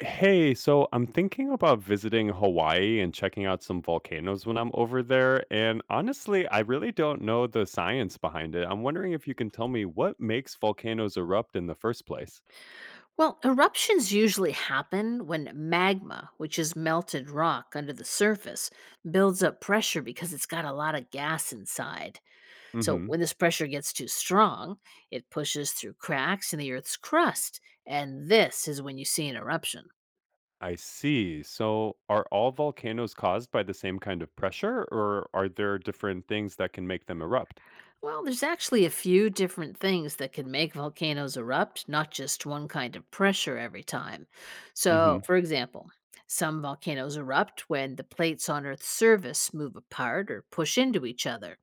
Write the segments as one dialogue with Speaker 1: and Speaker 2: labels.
Speaker 1: Hey, so I'm thinking about visiting Hawaii and checking out some volcanoes when I'm over there. And honestly, I really don't know the science behind it. I'm wondering if you can tell me what makes volcanoes erupt in the first place.
Speaker 2: Well, eruptions usually happen when magma, which is melted rock under the surface, builds up pressure because it's got a lot of gas inside. So,
Speaker 1: Hmm.
Speaker 2: when this pressure gets too strong, it pushes through cracks in the Earth's crust. And this is when you see an eruption.
Speaker 1: I see. So are all volcanoes caused by the same kind of pressure, or are there different things that can make them erupt?
Speaker 2: Well, there's actually a few different things that can make volcanoes erupt, not just one kind of pressure every time.
Speaker 1: Hmm.
Speaker 2: So, for example, some volcanoes erupt when the plates on Earth's surface move apart or push into each other.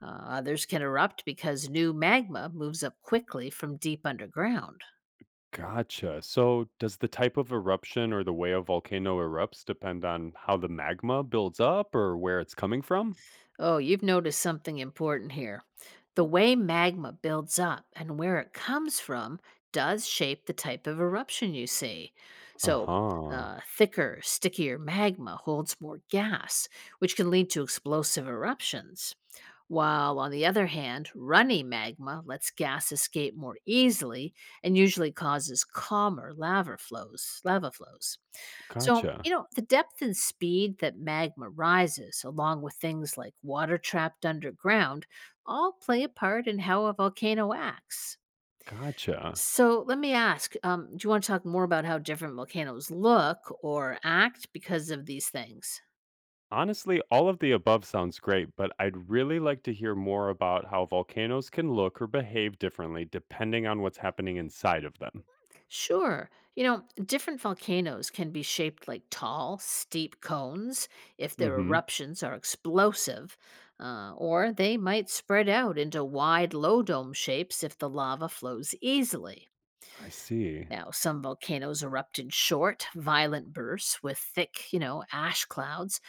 Speaker 2: Others can erupt because new magma moves up quickly from deep underground.
Speaker 1: Gotcha. So does the type of eruption or the way a volcano erupts depend on how the magma builds up or where it's coming from?
Speaker 2: Oh, you've noticed something important here. The way magma builds up and where it comes from does shape the type of eruption you see. So,
Speaker 1: Uh-huh.
Speaker 2: thicker, stickier magma holds more gas, which can lead to explosive eruptions. While, on the other hand, runny magma lets gas escape more easily and usually causes calmer lava flows. Lava flows. So,
Speaker 1: Gotcha.
Speaker 2: you know, the depth and speed that magma rises, along with things like water trapped underground, all play a part in how a volcano acts.
Speaker 1: Gotcha.
Speaker 2: So, let me ask do you want to talk more about how different volcanoes look or act because of these things?
Speaker 1: Honestly, all of the above sounds great, but I'd really like to hear more about how volcanoes can look or behave differently depending on what's happening inside of them.
Speaker 2: Sure. You know, different volcanoes can be shaped like tall, steep cones if their
Speaker 1: Mm-hmm.
Speaker 2: eruptions are explosive, or they might spread out into wide, low dome shapes if the lava flows easily.
Speaker 1: I see.
Speaker 2: Now, some volcanoes erupt in short, violent bursts with thick, you know, ash clouds,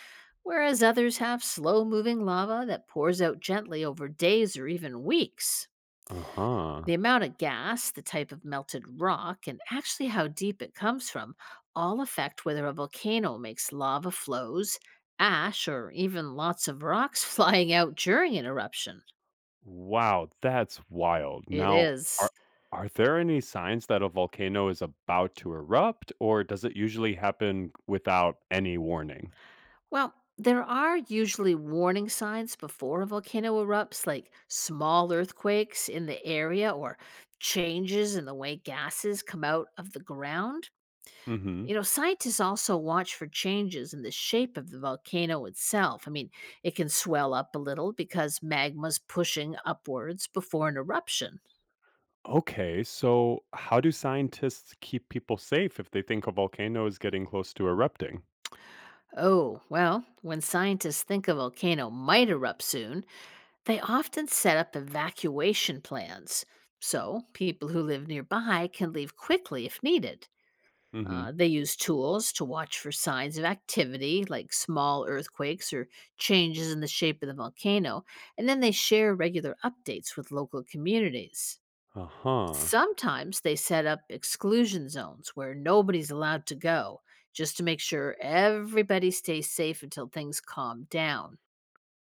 Speaker 2: whereas others have slow moving lava that pours out gently over days or even weeks.
Speaker 1: Uh-huh.
Speaker 2: The amount of gas, the type of melted rock, and actually how deep it comes from all affect whether a volcano makes lava flows, ash, or even lots of rocks flying out during an eruption.
Speaker 1: Wow, that's wild.
Speaker 2: It
Speaker 1: Now, are
Speaker 2: is.
Speaker 1: are there any signs that a volcano is about to erupt, or does it usually happen without any warning?
Speaker 2: Well, there are usually warning signs before a volcano erupts, like small earthquakes in the area or changes in the way gases come out of the ground.
Speaker 1: Mm-hmm.
Speaker 2: You know, scientists also watch for changes in the shape of the volcano itself. I mean, it can swell up a little because magma's pushing upwards before an eruption.
Speaker 1: Okay, so how do scientists keep people safe if they think a volcano is getting close to erupting?
Speaker 2: Oh, well, when scientists think a volcano might erupt soon, they often set up evacuation plans. So, people who live nearby can leave quickly if needed.
Speaker 1: Hmm.
Speaker 2: They use tools to watch for signs of activity, like small earthquakes or changes in the shape of the volcano, and then they share regular updates with local communities.
Speaker 1: Uh huh.
Speaker 2: Sometimes they set up exclusion zones where nobody's allowed to go, just to make sure everybody stays safe until things calm down.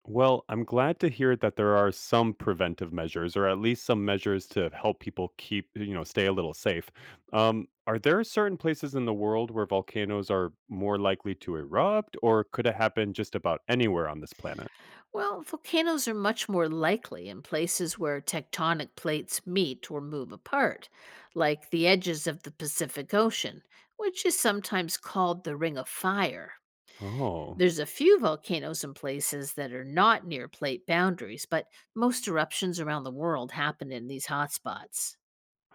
Speaker 1: Well, I'm glad to hear that there are some preventive measures, or at least some measures to help people keep, you know, stay a little safe. Are there certain places in the world where volcanoes are more likely to erupt, or could it happen just about anywhere on this planet?
Speaker 2: Well, volcanoes are much more likely in places where tectonic plates meet or move apart, like the edges of the Pacific Ocean, which is sometimes called the Ring of Fire.
Speaker 1: Oh,
Speaker 2: There's a few volcanoes in places that are not near plate boundaries, but most eruptions around the world happen in these hotspots.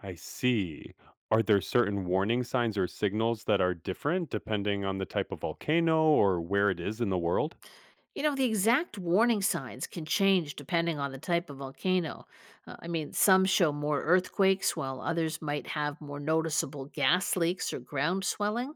Speaker 1: I see. Are there certain warning signs or signals that are different depending on the type of volcano or where it is in the world?
Speaker 2: You know, the exact warning signs can change depending on the type of volcano. I mean, some show more earthquakes, while others might have more noticeable gas leaks or ground swelling.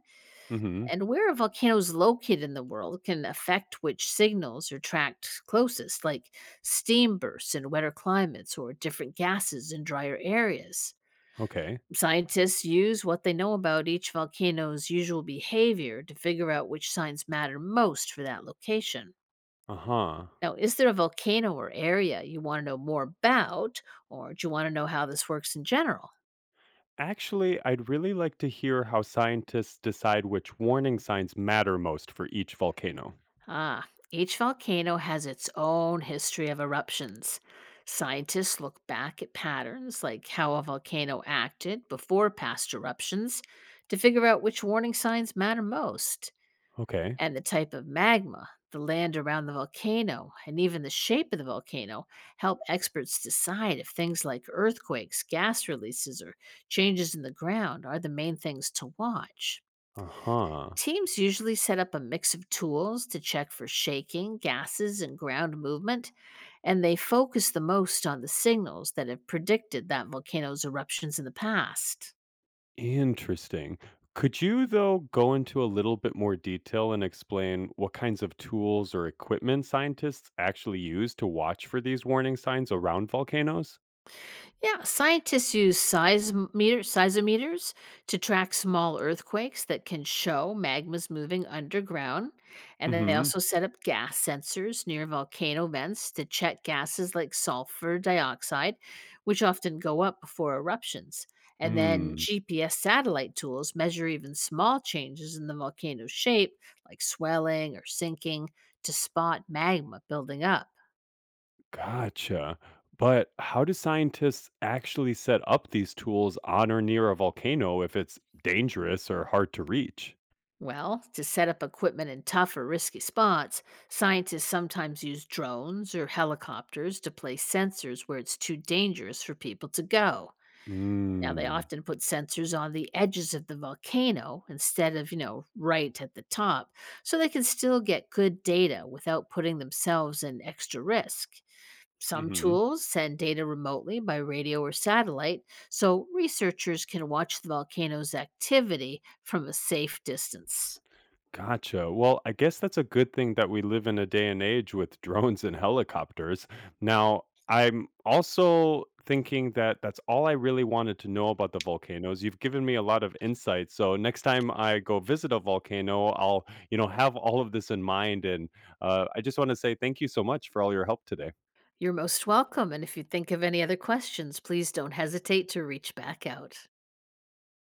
Speaker 1: Hmm.
Speaker 2: And where a volcano is located in the world can affect which signals are tracked closest, like steam bursts in wetter climates or different gases in drier areas.
Speaker 1: Okay.
Speaker 2: Scientists use what they know about each volcano's usual behavior to figure out which signs matter most for that location.
Speaker 1: Uh-huh.
Speaker 2: Now, is there a volcano or area you want to know more about, or do you want to know how this works in general?
Speaker 1: Actually, I'd really like to hear how scientists decide which warning signs matter most for each volcano.
Speaker 2: Ah, each volcano has its own history of eruptions. Scientists look back at patterns like how a volcano acted before past eruptions to figure out which warning signs matter most.
Speaker 1: Okay.
Speaker 2: And the type of magma, the land around the volcano, and even the shape of the volcano help experts decide if things like earthquakes, gas releases, or changes in the ground are the main things to watch.
Speaker 1: Uh-huh.
Speaker 2: Teams usually set up a mix of tools to check for shaking, gases, and ground movement, and they focus the most on the signals that have predicted that volcano's eruptions in the past.
Speaker 1: Interesting. Could you, though, go into a little bit more detail and explain what kinds of tools or equipment scientists actually use to watch for these warning signs around volcanoes?
Speaker 2: Yeah, scientists use seismometers to track small earthquakes that can show magmas moving underground. And they
Speaker 1: Mhm.
Speaker 2: also set up gas sensors near volcano vents to check gases like sulfur dioxide, which often go up before eruptions. And then
Speaker 1: Mm.
Speaker 2: GPS satellite tools measure even small changes in the volcano's shape, like swelling or sinking, to spot magma building up.
Speaker 1: Gotcha. But how do scientists actually set up these tools on or near a volcano if it's dangerous or hard to reach?
Speaker 2: Well, to set up equipment in tough or risky spots, scientists sometimes use drones or helicopters to place sensors where it's too dangerous for people to go. Now, they
Speaker 1: Mm.
Speaker 2: often put sensors on the edges of the volcano instead of, you know, right at the top, so they can still get good data without putting themselves in extra risk. Some
Speaker 1: Mhm.
Speaker 2: tools send data remotely by radio or satellite, so researchers can watch the volcano's activity from a safe distance.
Speaker 1: Gotcha. Well, I guess that's a good thing that we live in a day and age with drones and helicopters. Now, I'm also thinking that that's all I really wanted to know about the volcanoes. You've given me a lot of insight. So next time I go visit a volcano, I'll, you know, have all of this in mind. And I just want to say thank you so much for all your help today.
Speaker 2: You're most welcome, and if you think of any other questions, please don't hesitate to reach back out.